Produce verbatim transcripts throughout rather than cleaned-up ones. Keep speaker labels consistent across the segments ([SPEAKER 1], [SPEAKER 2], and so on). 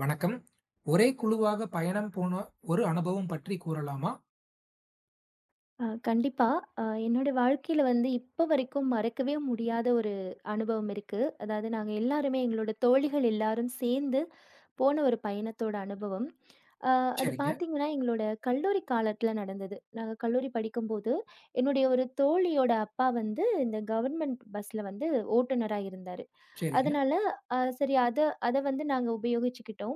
[SPEAKER 1] வணக்கம். ஒரே குழுவாக பயணம் போன ஒரு அனுபவம் பற்றி கூறலாமா?
[SPEAKER 2] அ கண்டிப்பா. அ என்னோட வாழ்க்கையில வந்து இப்ப வரைக்கும் மறக்கவே முடியாத ஒரு அனுபவம் இருக்கு. அதாவது நாங்க எல்லாருமே எங்களோட தோழிகள் எல்லாரும் சேர்ந்து போன ஒரு பயணத்தோட அனுபவம். அ அது
[SPEAKER 1] சரிங்க,
[SPEAKER 2] பார்த்தீங்கன்னா, எங்களோட கல்லூரி காலத்துல நடந்தது. நாங்க கல்லூரி படிக்கும்போது, என்னுடைய ஒரு தோழியோட அப்பா வந்து இந்த கவர்மெண்ட் பஸ்ல வந்து ஓட்டுநரா இருந்தாரு.
[SPEAKER 1] சரிங்க.
[SPEAKER 2] அதனால அ சரி அத அத வந்து நாங்க உபயோகிச்சுக்கிட்டோம்.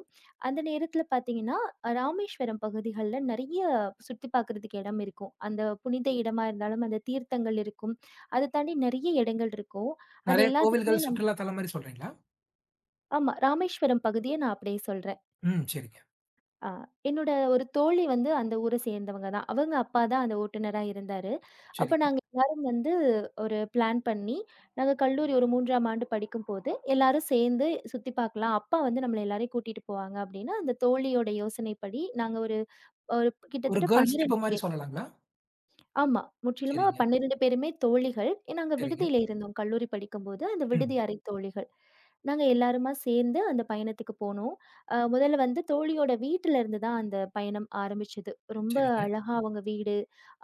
[SPEAKER 2] அந்த நேரத்தில பார்த்தீங்கன்னா, அஹ், ராமேஸ்வரம் பகுதிகள்ல நெறைய சுத்தி பார்க்குறதுக்கு இடம் இருக்கும். அந்த புனித இடமா இருந்தாலும், அந்த தீர்த்தங்கள் இருக்கும். அத தாண்டி நெறைய இடங்கள் இருக்கும். அது
[SPEAKER 1] நெறைய
[SPEAKER 2] எல்லாத்துக்குமே
[SPEAKER 1] கோவில்கள்,
[SPEAKER 2] நம்
[SPEAKER 1] சுற்றுலா தலம் மாரி சொல்றீங்களா?
[SPEAKER 2] ஆமா, ராமேஸ்வரம் பகுதிய நான் அப்படியே சொல்றேன்.
[SPEAKER 1] ம். சரிங்க,
[SPEAKER 2] ஆ, என்னோட ஒரு தோழி வந்து அந்த ஊர சேர்ந்தவங்க தான். அவங்க அப்பா தான் அந்த ஓட்டுநரா இருந்தாரு. அப்ப
[SPEAKER 1] சரிங்க.
[SPEAKER 2] நாங்க எல்லாரும் வந்து ஒரு பிளான் பண்ணி, நாங்க கல்லூரி ஒரு 3ஆம் ஆண்டு படிக்கும்போது, எல்லாரும் சேர்ந்து சுத்தி பார்க்கலாம். அப்பா வந்து நம்மள எல்லாரையும் கூட்டிட்டு போவாங்க அப்டின்னு, அந்த தோழியோட யோசனைப்படி நாங்க ஒரு ஒரு
[SPEAKER 1] ஒரு
[SPEAKER 2] கிட்டத்தட்ட
[SPEAKER 1] கேர்ல்ஸ் ட்ரிப்பு மாரி
[SPEAKER 2] பன்னிரண்டு
[SPEAKER 1] சொல்லலாங்களா?
[SPEAKER 2] ஆமா. முற்றிலுமா
[SPEAKER 1] சரிங்க,
[SPEAKER 2] பன்னிரண்டு பேருமே தோழிகள். எ நாங்க
[SPEAKER 1] சரிங்க.
[SPEAKER 2] விடுதியில ம். இருந்தோம் கல்லூரி படிக்கும்போது. அந்த
[SPEAKER 1] ம்.
[SPEAKER 2] விடுதி அறை தோழிகள். நாங்க எல்லாருமா சேர்ந்து அந்த பயணத்துக்கு போனோம். அ முதல்ல வந்து தோழியோட வீட்டுல இருந்து தான் அந்த பயணம் ஆரம்பிச்சது. ரொம்ப
[SPEAKER 1] சரிங்க,
[SPEAKER 2] அழகா அவங்க வீடு,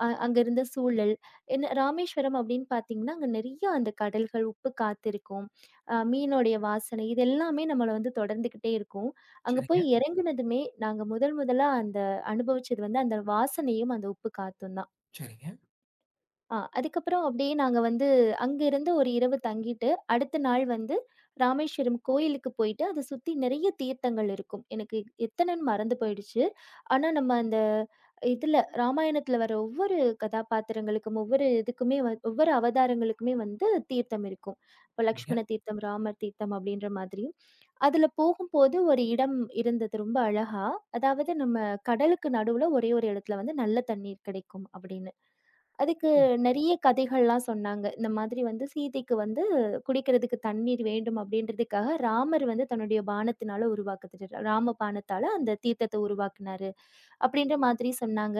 [SPEAKER 2] அ அங்க இருந்த சூழல். என்ன ராமேஸ்வரம் அப்படின்னு பார்த்தீங்கன்னா, அங்க நெறைய அந்த கடல்கள், உப்பு காத்து இருக்கும். அ மீனோடைய வாசனை இது எல்லாமே நம்மள வந்து தொடர்ந்துகிட்டே இருக்கும். அங்க
[SPEAKER 1] சரிங்க,
[SPEAKER 2] போய் இறங்குனதுமே, நாங்க முதல் முதலா அந்த அனுபவிச்சது வந்து அந்த வாசனையும், அந்த உப்பு காத்தும் தான்.
[SPEAKER 1] சரிங்க,
[SPEAKER 2] ஆ அதுக்கப்புறம் அப்படியே நாங்க வந்து அங்க இருந்து ஒரு இரவு தங்கிட்டு, அடுத்த நாள் வந்து ராமேஸ்வரம் கோயிலுக்கு போயிட்டு, அத சுத்தி நிறைய தீர்த்தங்கள் இருக்கும். எனக்கு எத்தனைன்னு மறந்து போயிடுச்சு. ஆனா நம்ம அந்த இதுல ராமாயணத்துல வர ஒவ்வொரு கதாபாத்திரங்களுக்கும், ஒவ்வொரு இதுக்குமே வ ஒவ்வொரு அவதாரங்களுக்குமே வந்து தீர்த்தம் இருக்கும். இப்ப
[SPEAKER 1] சரிங்க.
[SPEAKER 2] லக்ஷ்மண தீர்த்தம், ராமர் தீர்த்தம் அப்படின்ற மாதிரி. அதுல போகும்போது ஒரு இடம் இருந்தது ரொம்ப அழகா. அதாவது நம்ம கடலுக்கு நடுவுல ஒரே ஒரு இடத்துல வந்து நல்ல தண்ணீர் கிடைக்கும் அப்படின்னு. அதுக்கு நெறைய கதைகள்லாம் சொன்னாங்க. இந்த மாதிரி வந்து சீதைக்கு வந்து குடிக்கிறதுக்கு தண்ணீர் வேண்டும் அப்படின்றதுக்காக ராமர் வந்து தன்னுடைய பாணத்தினால உருவாக்குதுரு ராம பாணத்தால அந்த தீர்த்தத்த உருவாக்குனாரு. அப்படின்ற மாதிரி சொன்னாங்க.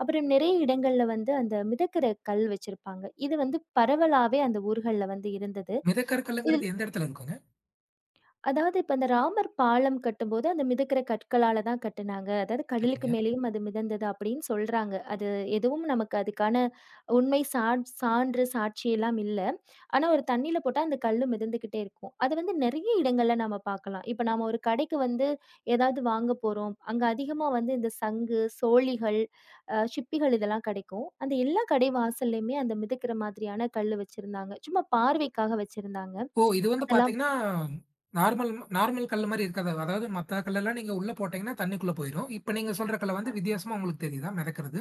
[SPEAKER 2] அப்புறம் நெறைய இடங்கள்ல வந்து அந்த மிதக்கிற கல் வச்சிருப்பாங்க. இது வந்து பரவலாவே அந்த ஊர்கள்ல வந்து இருந்தது. இது
[SPEAKER 1] மிதக்கற்கல்லுங்கிறது எந்த இடத்துல இருக்குங்க?
[SPEAKER 2] அதாவது இப்ப அந்த ராமர் பாலம் கட்டும்போது, அந்த மிதக்கிற கற்களால தான் கட்டுனாங்க. அதாவது கடலுக்கு
[SPEAKER 1] சரிங்க.
[SPEAKER 2] மேலேயும் அது மிதந்தது அப்படின்னு சொல்றாங்க. அது எதுவும் நமக்கு அதுக்கான உண்மை சான் சான்று, சாட்சி எல்லாம் இல்ல. ஆனா ஒரு தண்ணீல போட்டா அந்த கல்லு மிதந்துகிட்டே இருக்கும். அது வந்து நெறைய இடங்கள்ல நாம பார்க்கலாம். இப்ப நாம ஒரு கடைக்கு வந்து ஏதாவது வாங்க போறோம். அங்க அதிகமா வந்து இந்த சங்கு, சோழிகள், அ சிப்பிகள் இதெல்லாம் கிடைக்கும். அந்த எல்லா கடை வாசல்லயுமே அந்த மிதக்கிற மாதிரியான கல்லு வச்சிருந்தாங்க. சும்மா பார்வைக்காக வச்சிருந்தாங்க.
[SPEAKER 1] ஓ! இது வந்து
[SPEAKER 2] அதெல்லாம்
[SPEAKER 1] பார்த்தீங்கன்னா, நார்மல் நார்மல் கல்லு மாரி இருக்காது. அதாவது மத்த கல்லெல்லாம் நீங்க உள்ள போட்டீங்கன்னா, தண்ணிக்குள்ள போயிரும். இப்ப நீங்க சொல்ற கல்ல வந்து வித்தியாசமா உங்களுக்கு தெரியுதா மிதக்கறது?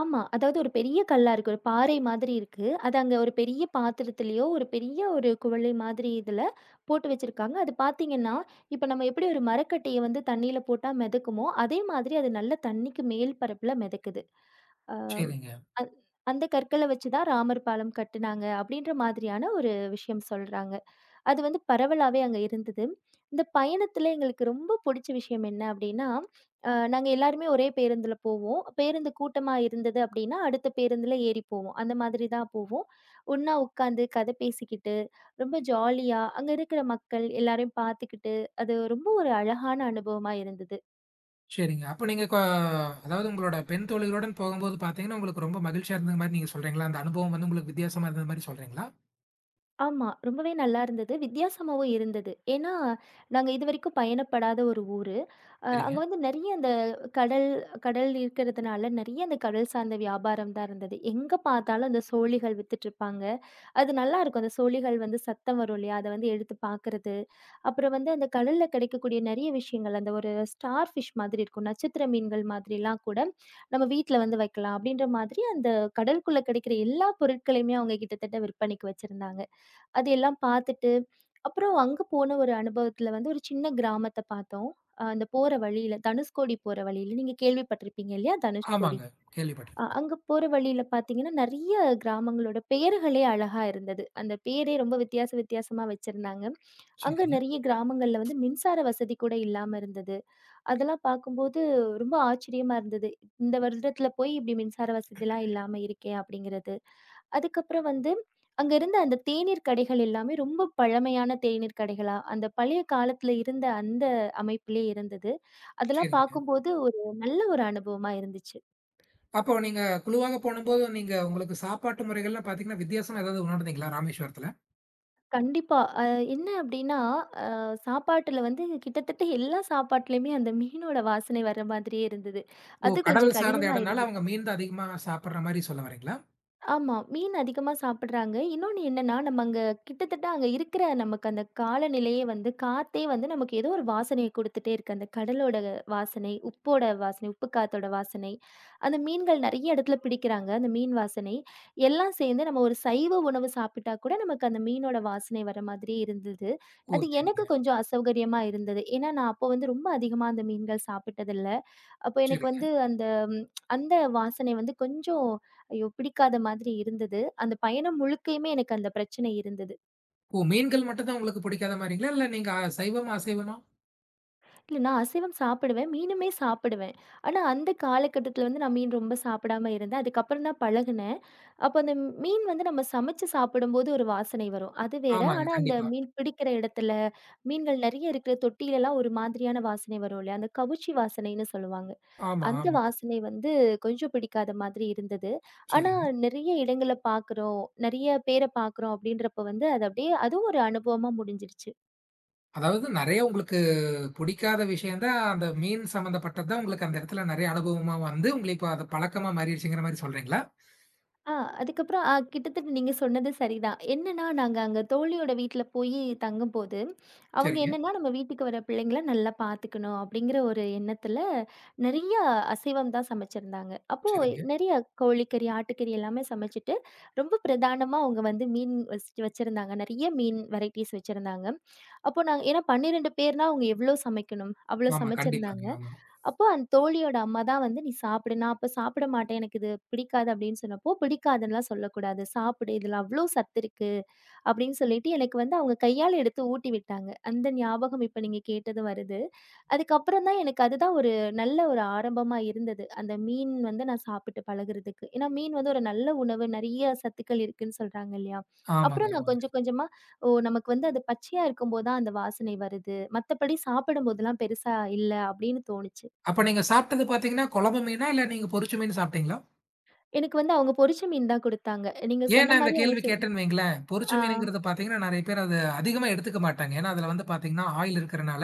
[SPEAKER 2] ஆமா. அதாவது ஒரு பெரிய கல்லா இருக்கு. ஒரு பாறை மாதிரி இருக்கு. அது அங்க ஒரு பெரிய பாத்திரத்திலயோ, ஒரு பெரிய ஒரு குவளை மாதிரி இதுல போட்டு வச்சிருக்காங்க. அது பார்த்தீங்கன்னா, இப்ப நம்ம எப்படி ஒரு மரக்கட்டைய வந்து தண்ணீல போட்டா மிதக்குமோ, அதே மாதிரி அது நல்ல தண்ணீக்கு மேல் பரப்புல மிதக்குது. அஹ்
[SPEAKER 1] சரிங்க.
[SPEAKER 2] அ அந் அந்த கற்கள வச்சு தான் ராமர் பாலம் கட்டுனாங்க, அப்படின்ற மாதிரியான ஒரு விஷயம் சொல்றாங்க. அது வந்து பரவலாவே அங்க இருந்தது. இந்த பயணத்துல எங்களுக்கு ரொம்ப புடிச்ச விஷயம் என்ன அப்டின்னா, அ நாங்க எல்லாருமே ஒரே பேருந்துல போவோம். பேருந்து கூட்டமா இருந்தது அப்டின்னா, அடுத்த பேருந்துல ஏறி போவோம். அந்த மாதிரி தான் போவோம். ஒண்ணா உட்காந்து கதை பேசிக்கிட்டு, ரொம்ப ஜாலியா அங்க இருக்கிற மக்கள் எல்லாரையும் பார்த்துக்கிட்டு, அது ரொம்ப ஒரு அழகான அனுபவமா இருந்தது.
[SPEAKER 1] சரிங்க. அப்ப நீங்க கொ அதாவது உங்களோட பெண் தோழிகளுடன் போகும்போது பார்த்தீங்கன்னா, உங்களுக்கு ரொம்ப மகிழ்ச்சியா இருந்த மாரி நீங்க சொல்றீங்களா? அந்த அனுபவம் வந்து உங்களுக்கு வித்தியாசமா இருந்த மாரி சொல்றீங்களா?
[SPEAKER 2] ஆமா, ரொம்பவே நல்லா இருந்தது. வித்தியாசமாவும் இருந்தது. ஏன்னா, நாங்க இதுவரைக்கும் பயணப்படாத ஒரு ஊரு. அ
[SPEAKER 1] சரிங்க.
[SPEAKER 2] அங்க வந்து நெறைய அந்த கடல் கடல் இருக்கிறதுனால நெறைய அந்த கடல் சார்ந்த வியாபாரம் தான் இருந்தது. எங்க பார்த்தாலும் அந்த சோழிகள் வித்துட்டுருப்பாங்க. அது நல்லாருக்கும். அந்த சோழிகள் வந்து சத்தம் வரும் இல்லையா? அத வந்து எடுத்து பார்க்குறது. அப்புறம் வந்து அந்த கடல்ல கிடைக்கக்கூடிய நெறைய விஷயங்கள், அந்த ஒரு ஸ்டார் ஃபிஷ் மாதிரி இருக்கும். நட்சத்திர மீன்கள் மாதிரிலாம் கூட நம்ம வீட்ல வந்து வைக்கலாம். அப்படின்ற மாதிரி அந்த கடலுக்குள்ள கிடைக்கிற எல்லா பொருட்களையுமே அவங்க கிட்டத்தட்ட விற்பனைக்கு வச்சிருந்தாங்க. அது எல்லாம் பார்த்துட்டு, அப்புறம் அங்க போன ஒரு அனுபவத்துல வந்து ஒரு சின்ன கிராமத்த பார்த்தோம். அ அந்த போற வழியில தனுஷ்கோடி போற வழியில நீங்க கேள்விப்பட்டிருப்பீங்க இல்லையா? தனுஷ்கோடி.
[SPEAKER 1] ஆமாங்க.
[SPEAKER 2] அ
[SPEAKER 1] கேள்விப்பட்டுருக்கேன்.
[SPEAKER 2] அங்க போற வழியில பார்த்தீங்கன்னா, நெறைய கிராமங்களோட பெயர்களே அழகா இருந்தது. அந்த பேரே ரொம்ப வித்தியாச வித்தியாசமா வச்சிருந்தாங்க. அங்க
[SPEAKER 1] சரிங்க,
[SPEAKER 2] நெறைய கிராமங்கள்ல வந்து மின்சார வசதி கூட இல்லாம இருந்தது. அதெல்லாம் பார்க்கும்போது ரொம்ப ஆச்சரியமா இருந்தது. இந்த வருடத்துல போய் இப்படி மின்சார வசதிலாம் இல்லாம இருக்கே அப்படிங்கிறது. அதுக்கப்புறம் வந்து அங்க இருந்த அந்த தேநீர் கடைகள் எல்லாமே ரொம்ப பழமையான தேநீர் கடைகளா, அந்த பழைய காலத்துல இருந்த அந்த அமைப்பிலே இருந்தது. அதெல்லாம்
[SPEAKER 1] சரிங்க.
[SPEAKER 2] பார்க்கும்போது ஒரு நல்ல ஒரு அனுபவமா இருந்துச்சு.
[SPEAKER 1] அப்போ நீங்க குழுவாக போனம்போது, நீங்க உங்களுக்கு சாப்பாட்டு முறைகள்லாம் பார்த்தீங்கன்னா, வித்தியாசமா ஏதாவது உணர்ந்தீங்களா ராமேஸ்வரத்துல?
[SPEAKER 2] கண்டிப்பா. அ என்ன அப்படின்னா, அ சாப்பாட்டுல வந்து கிட்டத்தட்ட எல்லா சாப்பாட்டுலயுமே அந்த மீனோட வாசனை வர மாதிரியே இருந்தது.
[SPEAKER 1] ஓ!
[SPEAKER 2] அது
[SPEAKER 1] கடல்
[SPEAKER 2] கொஞ்சம்
[SPEAKER 1] சார்ந்த
[SPEAKER 2] கடினமா
[SPEAKER 1] இடம்னால
[SPEAKER 2] இருந்தது.
[SPEAKER 1] அவங்க மீன் தான் அதிகமா சாப்பிடுற மாரி சொல்ல வரீங்களா?
[SPEAKER 2] ஆமா, மீன் அதிகமா சாப்பிடுறாங்க. இன்னொன்னு என்னன்னா, நம்ம அங்க கிட்டத்தட்ட அங்க இருக்கிற நமக்கு அந்த காலநிலையே வந்து காத்தே வந்து நமக்கு ஏதோ ஒரு வாசனைய குடுத்துட்டே இருக்கு. அந்த கடலோட வாசனை, உப்போட வாசனை, உப்பு காத்தோட வாசனை, அந்த மீன்கள் நெறைய இடத்துல பிடிக்கிறாங்க. அந்த மீன் வாசனை, எல்லாம் சேர்ந்து நம்ம ஒரு சைவ உணவு சாப்பிட்டா கூட நமக்கு அந்த மீனோட வாசனை வர மாதிரி இருந்தது.
[SPEAKER 1] ஓ!
[SPEAKER 2] அது
[SPEAKER 1] சரிங்க,
[SPEAKER 2] எனக்கு கொஞ்சம் அசௌகரியமா இருந்தது. ஏன்னா, நான் அப்போ வந்து ரொம்ப அதிகமா அந்த மீன்கள் சாப்பிட்டதில்ல. அப்போ எனக்கு
[SPEAKER 1] சரிங்க.
[SPEAKER 2] வந்து அந்த ம், அந்த வாசனை வந்து கொஞ்சம் ஐயோ, பிடிக்காத மாதிரி இருந்தது. அந்த பயணம் முழுக்கையுமே எனக்கு அந்த பிரச்சனை இருந்தது.
[SPEAKER 1] ஓ! மீன்கள் மட்டும் தான் உங்களுக்கு பிடிக்காத மாரிங்களா? இல்ல நீங்க அ சைவமா, அசைவமா?
[SPEAKER 2] இல்ல நான் அசைவம் சாப்பிடுவேன். மீனுமே சாப்பிடுவேன். ஆனா அந்த காலகட்டத்தில வந்து நான் மீன் ரொம்ப சாப்பிடாம இருந்தேன். அதுக்கப்புறம் தான் பழகுனேன். அப்போ அந்த மீன் வந்து நம்ம சமைச்சு சாப்பிடும்போது ஒரு வாசனை வரும். அது வேற.
[SPEAKER 1] ஆமாங்க.
[SPEAKER 2] ஆனா அந்த
[SPEAKER 1] கண்டிப்பா.
[SPEAKER 2] மீன் பிடிக்கிற இடத்துல, மீன்கள் நெறைய இருக்கிற தொட்டிலலாம் ஒரு மாதிரியான வாசனை வரும் இல்லையா? அந்த கவுச்சி வாசனைன்னு சொல்லுவாங்க.
[SPEAKER 1] ஆமா,
[SPEAKER 2] அந்த
[SPEAKER 1] ஆமாங்க.
[SPEAKER 2] வாசனை வந்து கொஞ்சம் பிடிக்காத மாதிரி இருந்தது. ஆனா,
[SPEAKER 1] சரிங்க.
[SPEAKER 2] நெறைய இடங்கள பார்க்குறோம், நெறைய பேர பார்க்குறோம் அப்படின்றப்ப வந்து அது அப்படியே அதுவும் ஒரு அனுபவமா முடிஞ்சிருச்சு.
[SPEAKER 1] அதாவது நெறைய உங்களுக்கு புடிக்காத விஷயம் தான், அந்த மீன் சம்மந்தப்பட்டது தான் உங்களுக்கு அந்த இடத்துல நெறைய அனுபவமா வந்து, உங்களுக்கு இப்ப அது பழக்கமா மாறிடுச்சுங்கிற மாரி சொல்றீங்களா?
[SPEAKER 2] ஆ அதுக்கப்புறம் அ கிட்டத்தட்ட நீங்க சொன்னது சரிதான். என்னன்னா, நாங்க அங்க தோழியோட வீட்ல போயி தங்கும்போது, அவங்க
[SPEAKER 1] சரிங்க,
[SPEAKER 2] என்னன்னா நம்ம வீட்டுக்கு வர பிள்ளைங்கள நல்லா பார்த்துக்கணும் அப்படிங்கிற ஒரு எண்ணத்துல, நெறைய அசைவம் தான் சமைச்சிருந்தாங்க. அப்போ
[SPEAKER 1] சரிங்க.
[SPEAKER 2] நெறைய கோழிக்கறி, ஆட்டுக்கறி எல்லாமே சமைச்சுட்டு, ரொம்ப பிரதானமா அவங்க வந்து மீன் வச்சுட்டு வச்சிருந்தாங்க. நெறைய மீன் வெரைட்டீஸ் வச்சிருந்தாங்க. அப்போ நாங்க ஏன்னா பன்னிரண்டு பேர்னா அவங்க எவ்வளோ சமைக்கணும்? அவ்வளோ
[SPEAKER 1] ஆமா, கண்டிப்பாங்க.
[SPEAKER 2] சமைச்சிருந்தாங்க.
[SPEAKER 1] ஆமா.
[SPEAKER 2] அப்போ அந்த தோழியோட அம்மா தான் வந்து, "நீ சாப்பிடு." நான் அப்ப சாப்பிட மாட்டேன். எனக்கு இது பிடிக்காது அப்படின்னு சொன்னப்போ, "பிடிக்காதுன்னுலாம் சொல்லக்கூடாது. சாப்பிடு. இதுல அவ்ளோ சத்து இருக்கு." அப்படின்னு சொல்லிட்டு எனக்கு வந்து அவங்க கையால எடுத்து ஊட்டி விட்டாங்க. அந்த ஞாபகம் இப்ப நீங்க கேட்டது வருது. அதுக்கப்புறம் தான் எனக்கு அதுதான் ஒரு நல்ல ஒரு ஆரம்பமா இருந்தது. அந்த மீன் வந்து நான் சாப்பிட்டு பழகுறதுக்கு. ஏன்னா மீன் வந்து ஒரு நல்ல உணவு. நெறைய சத்துக்கள் இருக்குன்னு சொல்றாங்க இல்லையா?
[SPEAKER 1] ஆமாங்க,
[SPEAKER 2] அப்புறம் நான்
[SPEAKER 1] ஆமாங்க.
[SPEAKER 2] கொஞ்சம் கொஞ்சமா, "ஓ, நமக்கு வந்து அது பச்சையா இருக்கும்போது தான் அந்த வாசனை வருது. மத்தபடி சாப்பிடும்போதெல்லாம் பெருசா இல்ல," அப்படின்னு தோணுச்சு.
[SPEAKER 1] அப்ப நீங்க சாப்பிட்டது பார்த்தீங்கன்னா, குழம்பு மீனா? இல்ல நீங்க பொரிச்ச மீன் சாப்பிட்டீங்களா?
[SPEAKER 2] எனக்கு வந்து அவங்க பொரிச்ச மீன் தான் குடுத்தாங்க. நீங்க
[SPEAKER 1] ஏன்
[SPEAKER 2] சொன்ன
[SPEAKER 1] நான் இந்த
[SPEAKER 2] மாரி அவங்க
[SPEAKER 1] கேள்வி
[SPEAKER 2] சொல்
[SPEAKER 1] கேட்டேன்னு வைங்களேன், பொரிச்ச
[SPEAKER 2] ஆ
[SPEAKER 1] மீனுங்கிறது பார்த்தீங்கன்னா, நெறைய பேர் அத அதிகமா எடுத்துக்க மாட்டாங்க. ஏன்னா அதுல வந்து பார்த்தீங்கன்னா, ஆயில் இருக்கிறனால,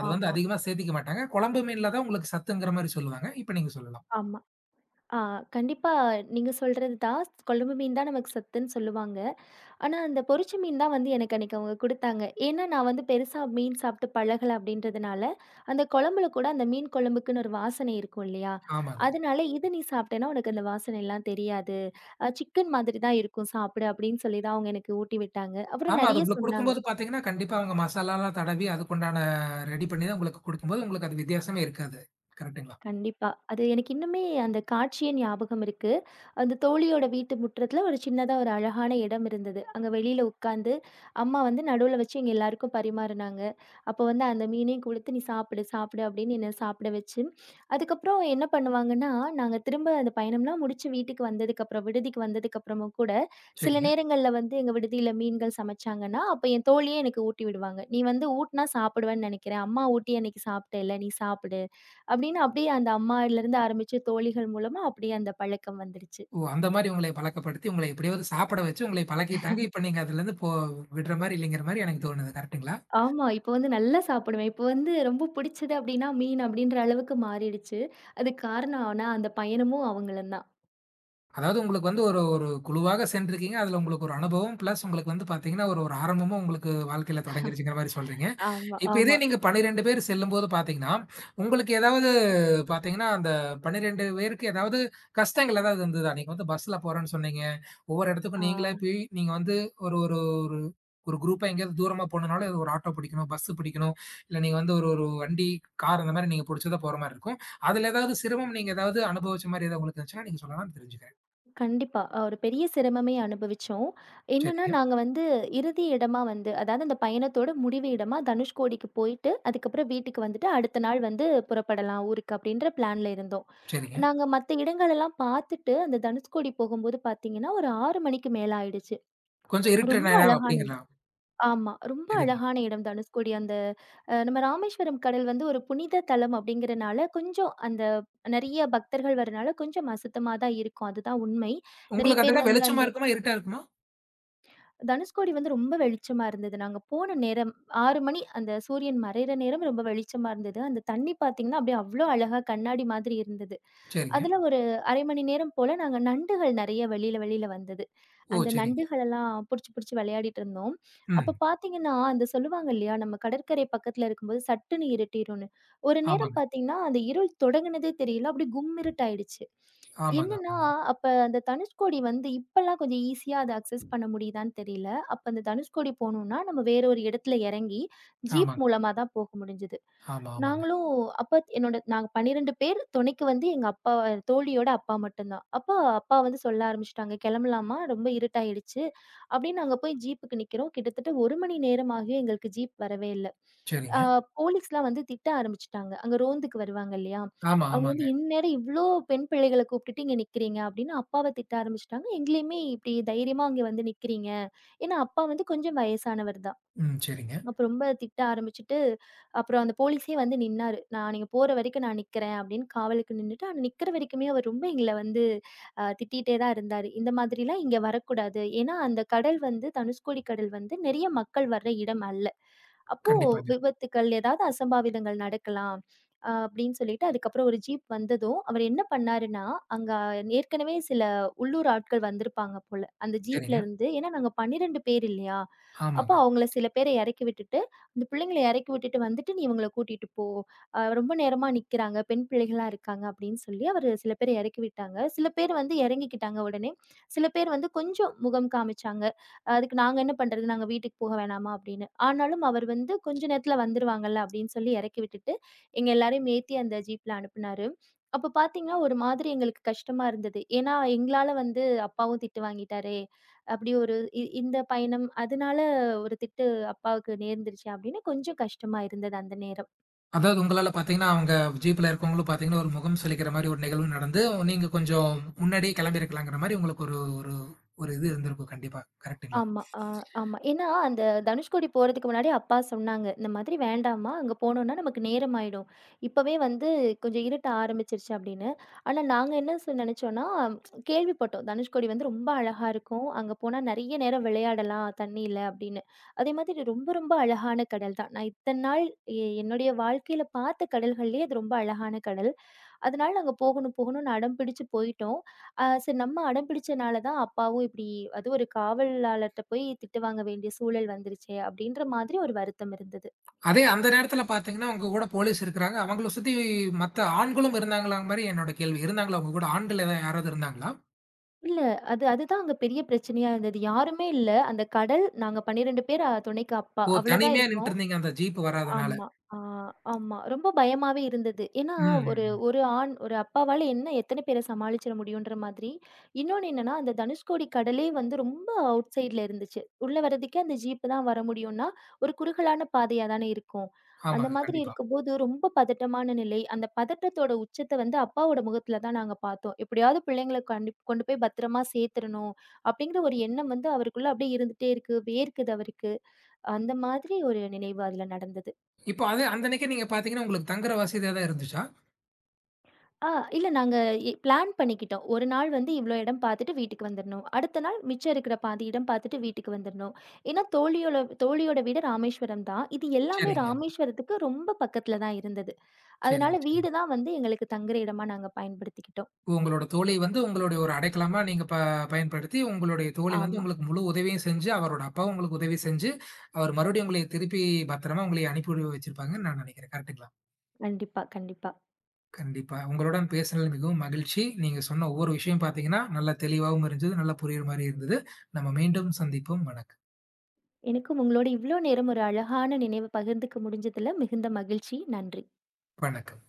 [SPEAKER 1] அது வந்து
[SPEAKER 2] ஆமா,
[SPEAKER 1] அதிகமா சேத்திக்க மாட்டாங்க. குழம்பு மீன்ல தான் உங்களுக்கு சத்துங்கிற மாரி சொல்லுவாங்க. இப்ப நீங்க சொல்லலாம்.
[SPEAKER 2] ஆமா. ஆ கண்டிப்பா நீங்க சொல்றது தான். கொழம்பு மீன் தான் நமக்கு சத்துன்னு சொல்லுவாங்க. ஆனா, அந்த பொரிச்ச மீன் தான் வந்து எனக்கு அன்னைக்கு அவங்க குடுத்தாங்க. ஏன்னா, நான் வந்து பெருசா மீன் சாப்பிட்டு பழகல அப்டின்றதுனால, அந்த கொழம்புல கூட அந்த மீன் கொழம்புக்குன்னு ஒரு வாசனை இருக்கும் இல்லையா?
[SPEAKER 1] ஆமாங்க.
[SPEAKER 2] அதனால "இத நீ சாப்பிட்டேன்னா உனக்கு அந்த வாசனைலாம் தெரியாது. அ சிக்கன் மாதிரி தான் இருக்கும் சாப்பிடு," அப்டின்னு சொல்லி தான் அவங்க எனக்கு ஊட்டி விட்டாங்க. அப்புறம்
[SPEAKER 1] ஆமா. அது
[SPEAKER 2] நெறைய
[SPEAKER 1] உங்களுக்கு
[SPEAKER 2] சொன்னாங்க.
[SPEAKER 1] குடுக்கும்போது பார்த்தீங்கன்னா, கண்டிப்பா அவங்க மசாலாலாம் தடவி அதுக்குண்டான ரெடி பண்ணி தான் உங்களுக்கு குடுக்கும்போது, உங்களுக்கு அது வித்தியாசமே இருக்காது. கரெக்ட்டுங்களா?
[SPEAKER 2] கண்டிப்பா. அது எனக்கு இன்னுமே அந்த காட்சியே ஞாபகம் இருக்கு. அந்த தோழியோட வீட்டு முற்றத்தில ஒரு சின்னதா ஒரு அழகான இடம் இருந்தது. அங்க வெளியில உட்காந்து, அம்மா வந்து நடுவுல வச்சு எங்க எல்லாருக்கும் பரிமாறுனாங்க. அப்ப வந்து அந்த மீனையும் குடுத்து, "நீ சாப்பிடு, சாப்பிடு," அப்படின்னு என்ன சாப்பிட வச்சு, அதுக்கப்புறம் என்ன பண்ணுவாங்கன்னா, நாங்க திரும்ப அந்த பயணம்லாம் முடிச்சு வீட்டுக்கு வந்ததுக்கப்புறம், விடுதிக்கு வந்ததுக்கப்புறமும் கூட, சில
[SPEAKER 1] சரிங்க.
[SPEAKER 2] நேரங்கள்ல வந்து எங்க விடுதியில மீன்கள் சமைச்சாங்கன்னா, அப்ப என் தோழியே எனக்கு ஊட்டி விடுவாங்க. "நீ வந்து ஊட்டுனா சாப்பிடுவேன்னு நெனைக்கிறேன். அம்மா ஊட்டி அன்னைக்கு சாப்பிட்டேல்ல, நீ சாப்பிடு," அப்படின்னு அப்படியே அந்த அம்மாலருந்து ஆரம்பிச்சு தோழிகள் மூலமா அப்படியே அந்த பழக்கம் வந்துருச்சு.
[SPEAKER 1] ஓ! அந்த மாரி உங்களை பழக்கப்படுத்தி, உங்கள எப்படியாவது சாப்பிட வச்சு உங்களை பழக்கிட்டாங்க. இப்ப நீங்க அதுலருந்து போ விடுற மாரி இல்லைங்கிற மாரி எனக்கு தோணுது. கரெக்ட்டுங்களா?
[SPEAKER 2] ஆமா, இப்ப வந்து நல்லா சாப்பிடுவேன். இப்ப வந்து ரொம்ப பிடிச்சது அப்படின்னா மீன் அப்படின்ற அளவுக்கு மாறிடுச்சு. அதுக்கு காரணம் ஆனா அந்த பயணமும் அவங்களும் தான்.
[SPEAKER 1] அதாவது உங்களுக்கு வந்து ஒரு ஒரு குழுவாக சென்றிருக்கீங்க. அதுல உங்களுக்கு ஒரு அனுபவம். பிளஸ் உங்களுக்கு வந்து பார்த்தீங்கன்னா, ஒரு ஒரு ஆரம்பமும் உங்களுக்கு வாழ்க்கையில தொடங்கிருச்சுங்கிற மாரி சொல்றீங்க.
[SPEAKER 2] ஆமா,
[SPEAKER 1] இப்ப இதே
[SPEAKER 2] ஆமா.
[SPEAKER 1] நீங்க பன்னிரண்டு பேர் செல்லும்போது பார்த்தீங்கன்னா, உங்களுக்கு ஏதாவது பார்த்தீங்கன்னா, அந்த பன்னிரண்டு பேருக்கு ஏதாவது கஷ்டங்கள் ஏதாவது இருந்ததா? நீங்க வந்து பஸ்ல போறேன்னு சொன்னீங்க. ஒவ்வொரு இடத்துக்கும்
[SPEAKER 2] ஆ.
[SPEAKER 1] நீங்களே போய் நீங்க வந்து ஒரு ஒரு ஒரு ஒரு குரூப்பா எங்கேயாவது தூரமா போணும்னாலும் ஒரு ஆட்டோ பிடிக்கணும், பஸ் பிடிக்கணும். இல்ல நீங்க வந்து ஒரு ஒரு வண்டி, கார் அந்த மாரி நீங்க புடிச்சு தான் போற மாரி இருக்கும். அதுல ஏதாவது சிரமம் நீங்க ஏதாவது அனுபவிச்ச மாரி ஏதாவது உங்களுக்கு இருந்துச்சுன்னா, நீங்க சொல்லலாம்னு தெரிஞ்சுக்கிறேன்.
[SPEAKER 2] கண்டிப்பா. அ ஒரு பெரிய சிரமமே அனுபவிச்சோம். என்னன்னா,
[SPEAKER 1] சரிங்க,
[SPEAKER 2] நாங்க வந்து இறுதி இடமா வந்து அதாவது அந்த பயணத்தோட முடிவு இடமா தனுஷ்கோடிக்கு போயிட்டு, அதுக்கப்புறம் வீட்டுக்கு வந்துட்டு அடுத்த நாள் வந்து புறப்படலாம் ஊருக்கு அப்படின்ற பிளான்ல இருந்தோம்.
[SPEAKER 1] சரிங்க.
[SPEAKER 2] நாங்க மத்த இடங்களெல்லாம் பார்த்துட்டு, அந்த தனுஷ்கோடி போகும்போது பார்த்தீங்கன்னா, ஒரு ஆறு மணிக்கு மேல ஆயிடுச்சு.
[SPEAKER 1] கொஞ்சம் இருட்டுற
[SPEAKER 2] ரொம்ப
[SPEAKER 1] நேரம்
[SPEAKER 2] அழகான இடம்.
[SPEAKER 1] அப்படிங்கிறலாம்.
[SPEAKER 2] ஆமா, ரொம்ப
[SPEAKER 1] சரிங்க.
[SPEAKER 2] அழகான இடம் தனுஷ்கோடி. அந்த அ நம்ம ராமேஸ்வரம் கடல் வந்து ஒரு புனித தலம் அப்படிங்கிறனால, கொஞ்சம் அந்த நெறைய பக்தர்கள் வரனால கொஞ்சம் அசுத்தமா தான் இருக்கும். அதுதான் உண்மை. நெறைய
[SPEAKER 1] உங்களுக்கு அந்த
[SPEAKER 2] பேர்
[SPEAKER 1] இடம்
[SPEAKER 2] வந்து அந்த
[SPEAKER 1] வெளிச்சமா இருக்குமா? இருட்டா இருக்குமா?
[SPEAKER 2] தனுஷ்கோடி வந்து ரொம்ப வெளிச்சமா இருந்தது. நாங்க போன நேரம் ஆறு மணி அந்த சூரியன் மறையிற நேரம் ரொம்ப வெளிச்சமா இருந்தது. அந்த தண்ணி பார்த்தீங்கன்னா, அப்படியே அவ்ளோ அழகா கண்ணாடி மாதிரி இருந்தது.
[SPEAKER 1] சரிங்க.
[SPEAKER 2] அதுல ஒரு அரை மணி நேரம் போல நாங்க நண்டுகள் நெறைய வெளியில வெளியில வந்தது.
[SPEAKER 1] ஓ!
[SPEAKER 2] அந்த
[SPEAKER 1] சரிங்க.
[SPEAKER 2] நண்டுகளெல்லாம் புடிச்சு புடிச்சு விளையாடிட்டு இருந்தோம். அப்ப
[SPEAKER 1] ம்.
[SPEAKER 2] பார்த்தீங்கன்னா, அந்த சொல்லுவாங்க இல்லையா, நம்ம கடற்கரை பக்கத்துல இருக்கும்போது சட்டுன்னு இருட்டிரும்ன்னு. ஒரு நேரம்
[SPEAKER 1] ஆமாங்க.
[SPEAKER 2] பார்த்தீங்கன்னா, அந்த இருள் தொடங்குனதே தெரியல. அப்படியே கும்மிருட்டாயிடுச்சு.
[SPEAKER 1] ஆமாங்க,
[SPEAKER 2] என்னன்னா,
[SPEAKER 1] ஆமாங்க.
[SPEAKER 2] அப்ப அந்த தனுஷ்கோடி வந்து இப்பல்லாம் கொஞ்சம் ஈஸியா அத அக்சஸ் பண்ண முடியுதான்னு தெரியல. அப்ப அந்த தனுஷ்கோடி போணும்னா, நம்ம வேற ஒரு இடத்துல இறங்கி, ஜீப்
[SPEAKER 1] ஆமாங்க.
[SPEAKER 2] மூலமா தான் போக முடிஞ்சது.
[SPEAKER 1] ஆமா, ஆமாங்க.
[SPEAKER 2] நாங்களும் அப்பா என்னோட நாங்க பன்னிரண்டு பேர். துணைக்கு வந்து எங்க அப்பா தோழியோட அப்பா மட்டும் தான். அப்ப அப்பா வந்து சொல்ல ஆரம்பிச்சுட்டாங்க, "கிளம்பலாமா? ரொம்ப இருட்டாயிடுச்சு," அப்படின்னு. நாங்க போய் ஜீப்புக்கு நிக்கிறோம். கிட்டத்தட்ட ஒரு மணி நேரம் ஆகியும் எங்களுக்கு ஜீப் வரவே இல்ல. ஆ
[SPEAKER 1] சரிங்க.
[SPEAKER 2] போலீஸ்லாம் வந்து திட்ட ஆரம்பிச்சுட்டாங்க. அங்க ரோந்துக்கு வருவாங்க இல்லையா?
[SPEAKER 1] ஆமா,
[SPEAKER 2] அவங்க
[SPEAKER 1] ஆமாங்க.
[SPEAKER 2] வந்து, "இந்நேரம் இவ்ளோ பெண் பிள்ளைகள கூப்பிட்டுட்டு இங்க நிக்கிறீங்க," அப்படின்னு அப்பாவ திட்ட ஆரம்பிச்சுட்டாங்க. எங்களையுமே இப்படி தைரியமா அங்க வந்து நிக்கிறீங்க. ஏன்னா அப்பா வந்து கொஞ்சம் வயசானவர் தான்.
[SPEAKER 1] ம். சரிங்க.
[SPEAKER 2] அப்ப ரொம்ப திட்ட ஆரம்பிச்சுட்டு, அப்புறம் அந்த போலீஸே வந்து நின்னாரு. நான் நீங்க போற வரைக்கும் நான் நிக்கிறேன் அப்படின்னு காவலுக்கு நின்னுட்டு, ஆனா நிக்கிற வரைக்குமே அவர் ரொம்ப எங்கள வந்து அ திட்டிட்டே தான் இருந்தாரு. இந்த மாதிரிலாம் இங்க வரக்கூடாது. ஏன்னா அந்த கடல் வந்து தனுஷ்கோடி கடல் வந்து நெறைய மக்கள் வர்ற இடம் அல்ல. அப்போ
[SPEAKER 1] கண்டிப்பாங்க.
[SPEAKER 2] விபத்துக்கள், ஏதாவது அசம்பாவிதங்கள் நடக்கலாம். அ அப்படின்னு சொல்லிட்டு அதுக்கப்புறம் ஒரு ஜீப் வந்ததும், அவர் என்ன பண்ணாருன்னா, அங்க ஏற்கனவே சில உள்ளூர் ஆட்கள் வந்திருப்பாங்க போல. அந்த ஜீப்ல
[SPEAKER 1] சரிங்க.
[SPEAKER 2] இருந்து ஏன்னா நாங்க பன்னிரண்டு பேர் இல்லையா? அப்போ
[SPEAKER 1] ஆமாங்க.
[SPEAKER 2] அவங்கள சில பேர இறக்கி விட்டுட்டு, அந்த பிள்ளைங்கள இறக்கி விட்டுட்டு வந்துட்டு, "நீ இவங்கள கூட்டிட்டு போ. அ ரொம்ப நேரமா நிக்கிறாங்க. பெண் பிள்ளைகளா இருக்காங்க," அப்படின்னு சொல்லி அவரு சில பேர இறக்கி விட்டாங்க. சில பேர் வந்து இறங்கிக்கிட்டாங்க உடனே. சில பேர் வந்து கொஞ்சம் முகம் காமிச்சாங்க. அதுக்கு நாங்க என்ன பண்றது? நாங்க வீட்டுக்கு போக வேணாமா? அப்படின்னு. ஆனாலும் அவர் வந்து கொஞ்ச நேரத்துல வந்துருவாங்கல்ல அப்படின்னு சொல்லி இறக்கி விட்டுட்டு, எங்க எல்லாரையும் ஏத்தி அந்த ஜீப்ல அனுப்புனாரு. அப்ப பார்த்தீங்கன்னா, ஒரு மாதிரி எங்களுக்கு கஷ்டமா இருந்தது. ஏன்னா எங்களால வந்து அப்பாவும் திட்டு வாங்கிட்டாரே! அப்படி ஒரு இ இந்த பயணம் அதனால ஒரு திட்டு அப்பாவுக்கு நேர்ந்துருச்சு அப்படின்னு கொஞ்சம் கஷ்டமா இருந்தது அந்த நேரம்.
[SPEAKER 1] அதாவது உங்களால பார்த்தீங்கன்னா, அவங்க ஜீப்ல இருக்கவங்களும் பார்த்தீங்கன்னா, ஒரு முகம் சுளிக்கிற மாரி ஒரு நிகழ்வு நடந்து, நீங்க கொஞ்சம் முன்னாடியே கிளம்பியிருக்கலாங்கிற மாரி உங்களுக்கு ஒரு ஒரு ஒரு இது இருந்திருக்கும் கண்டிப்பா. கரெக்ட்டுங்களா?
[SPEAKER 2] ஆமா. ஆ ஆமா. ஏன்னா, அந்த தனுஷ்கோடி போறதுக்கு முன்னாடி அப்பா சொன்னாங்க. இந்த மாதிரி வேண்டாம்மா, அங்க போனோம்னா நமக்கு நேரமாயிடும். இப்பவே வந்து கொஞ்சம் இருட்ட ஆரம்பிச்சுருச்சு அப்படின்னு. ஆனா நாங்க என்ன சொ நெனச்சோம்னா, கேள்விப்பட்டோம். தனுஷ்கோடி வந்து ரொம்ப அழகா இருக்கும். அங்க போனா நெறைய நேரம் விளையாடலாம் தண்ணீல அப்படின்னு. அதே மாதிரி ரொம்ப ரொம்ப அழகான கடல் தான். நான் இத்தன நாள் எ என்னுடைய வாழ்க்கையில பார்த்த கடல்கள்லயே அது ரொம்ப அழகான கடல். அதனால நாங்க போகணும் போகணும்னு அடம் பிடிச்சு போயிட்டோம். ஆ சரி நம்ம அடம் பிடிச்சனால தான் அப்பாவும் இப்படி அது ஒரு காவலாளர்ட்ட போய் திட்டு வாங்க வேண்டிய சூழல் வந்துருச்சே அப்படின்ற மாதிரி ஒரு வருத்தம் இருந்தது.
[SPEAKER 1] அதே அந்த நேரத்தில பார்த்தீங்கன்னா, உங்க கூட போலீஸ் இருக்கிறாங்க. அவங்கள சுத்தி மத்த ஆண்களும் இருந்தாங்களா மாரி என்னோட கேள்வி. இருந்தாங்களா உங்க கூட ஆண்கள் எதா யாராவது இருந்தாங்களா?
[SPEAKER 2] இல்ல அது அதுதான் அங்க பெரிய பிரச்சனையா இருந்தது. யாருமே இல்ல. அந்த கடல் நாங்க பன்னிரண்டு பேர் அ துணைக்கு அப்பா.
[SPEAKER 1] ஓ!
[SPEAKER 2] அவ்வளோதான்
[SPEAKER 1] தனிமையா நின்னுட்டு
[SPEAKER 2] இருக்கோம்.
[SPEAKER 1] இருந்தீங்க அந்த ஜீப் வராதனால.
[SPEAKER 2] ஆமா. ஆ ஆமா, ரொம்ப பயமாவே இருந்தது. ஏன்னா,
[SPEAKER 1] ம். ம்.
[SPEAKER 2] ஒரு
[SPEAKER 1] ம்.
[SPEAKER 2] ஒரு ஆண் ஒரு அப்பாவால என்ன எத்தன பேர சமாளிச்சிட முடியுன்ற மாதிரி. இன்னொன்னு என்னன்னா, அந்த தனுஷ்கோடி கடலே வந்து ரொம்ப அவுட் சைட்ல இருந்துச்சு. உள்ள வர்றதுக்கே அந்த ஜீப் தான் வர முடியும்னா, ஒரு குறுகலான பாதையா தானே இருக்கும். அந்த
[SPEAKER 1] ஆமாங்க.
[SPEAKER 2] மாதிரி
[SPEAKER 1] கண்டிப்பா.
[SPEAKER 2] இருக்கும்போது ரொம்ப பதட்டமான நிலை. அந்த பதட்டத்தோட உச்சத்த வந்து அப்பாவோட முகத்துல தான் நாங்க பார்த்தோம். எப்படியாவது பிள்ளைங்கள கண்டு கொண்டு போய் பத்திரமா சேர்த்துறணும் அப்படிங்கிற ஒரு எண்ணம் வந்து அவருக்குள்ள அப்படியே இருந்துட்டே இருக்கு. வேர்க்குது அவருக்கு. அந்த மாதிரி ஒரு நினைவு அதுல நடந்தது.
[SPEAKER 1] இப்போ அது அந்தன்னைக்கே நீங்க பார்த்தீங்கன்னா, உங்களுக்கு தங்குற வசதியா தான் இருந்துச்சா?
[SPEAKER 2] ஆ இல்ல நாங்க இ பிளான் பண்ணிக்கிட்டோம். ஒரு நாள் வந்து இவ்ளோ இடம் பார்த்துட்டு வீட்டுக்கு வந்துரணும். அடுத்த நாள் மிச்சம் இருக்கிற பாதி இடம் பார்த்துட்டு வீட்டுக்கு வந்துரணும். ஏன்னா தோழியோட தோழியோட வீடு ராமேஸ்வரம் தான். இது எல்லாமே
[SPEAKER 1] சரிங்க.
[SPEAKER 2] ராமேஸ்வரத்துக்கு ரொம்ப பக்கத்துல தான் இருந்தது. அதனால
[SPEAKER 1] சரிங்க, சரிங்க.
[SPEAKER 2] வீடு தான் வந்து எங்களுக்கு தங்குற இடமா நாங்க பயன்படுத்திக்கிட்டோம்.
[SPEAKER 1] உங்களோட தோழி வந்து உங்களுடைய ஒரு அடைக்கலமா நீங்க ப பயன்படுத்தி, உங்களுடைய தோழி வந்து
[SPEAKER 2] ஆமா.
[SPEAKER 1] உங்களுக்கு முழு உதவியும் செஞ்சு, அவரோட அப்பாவும் உங்களுக்கு உதவி செஞ்சு, அவர் மறுபடியும் உங்களை திருப்பி பத்திரமா உங்களை அனுப்பி வச்சிருப்பாங்கன்னு நான் நினைக்கிறேன். கரெக்ட்டுங்களா?
[SPEAKER 2] கண்டிப்பா, கண்டிப்பா.
[SPEAKER 1] கண்டிப்பா. உங்களுடன் பேசினது மிகவும் மகிழ்ச்சி. நீங்க சொன்ன ஒவ்வொரு விஷயம் பார்த்தீங்கன்னா, நல்லா தெளிவாவும் இருந்தது. நல்லா புரியிற மாரி இருந்தது. நம்ம மீண்டும் சந்திப்போம். வணக்கம்.
[SPEAKER 2] எனக்கும் உங்களோட இவ்ளோ நேரம் ஒரு அழகான நினைவ பகிர்ந்துக்க முடிஞ்சதுல மிகுந்த மகிழ்ச்சி. நன்றி.
[SPEAKER 1] வணக்கம்.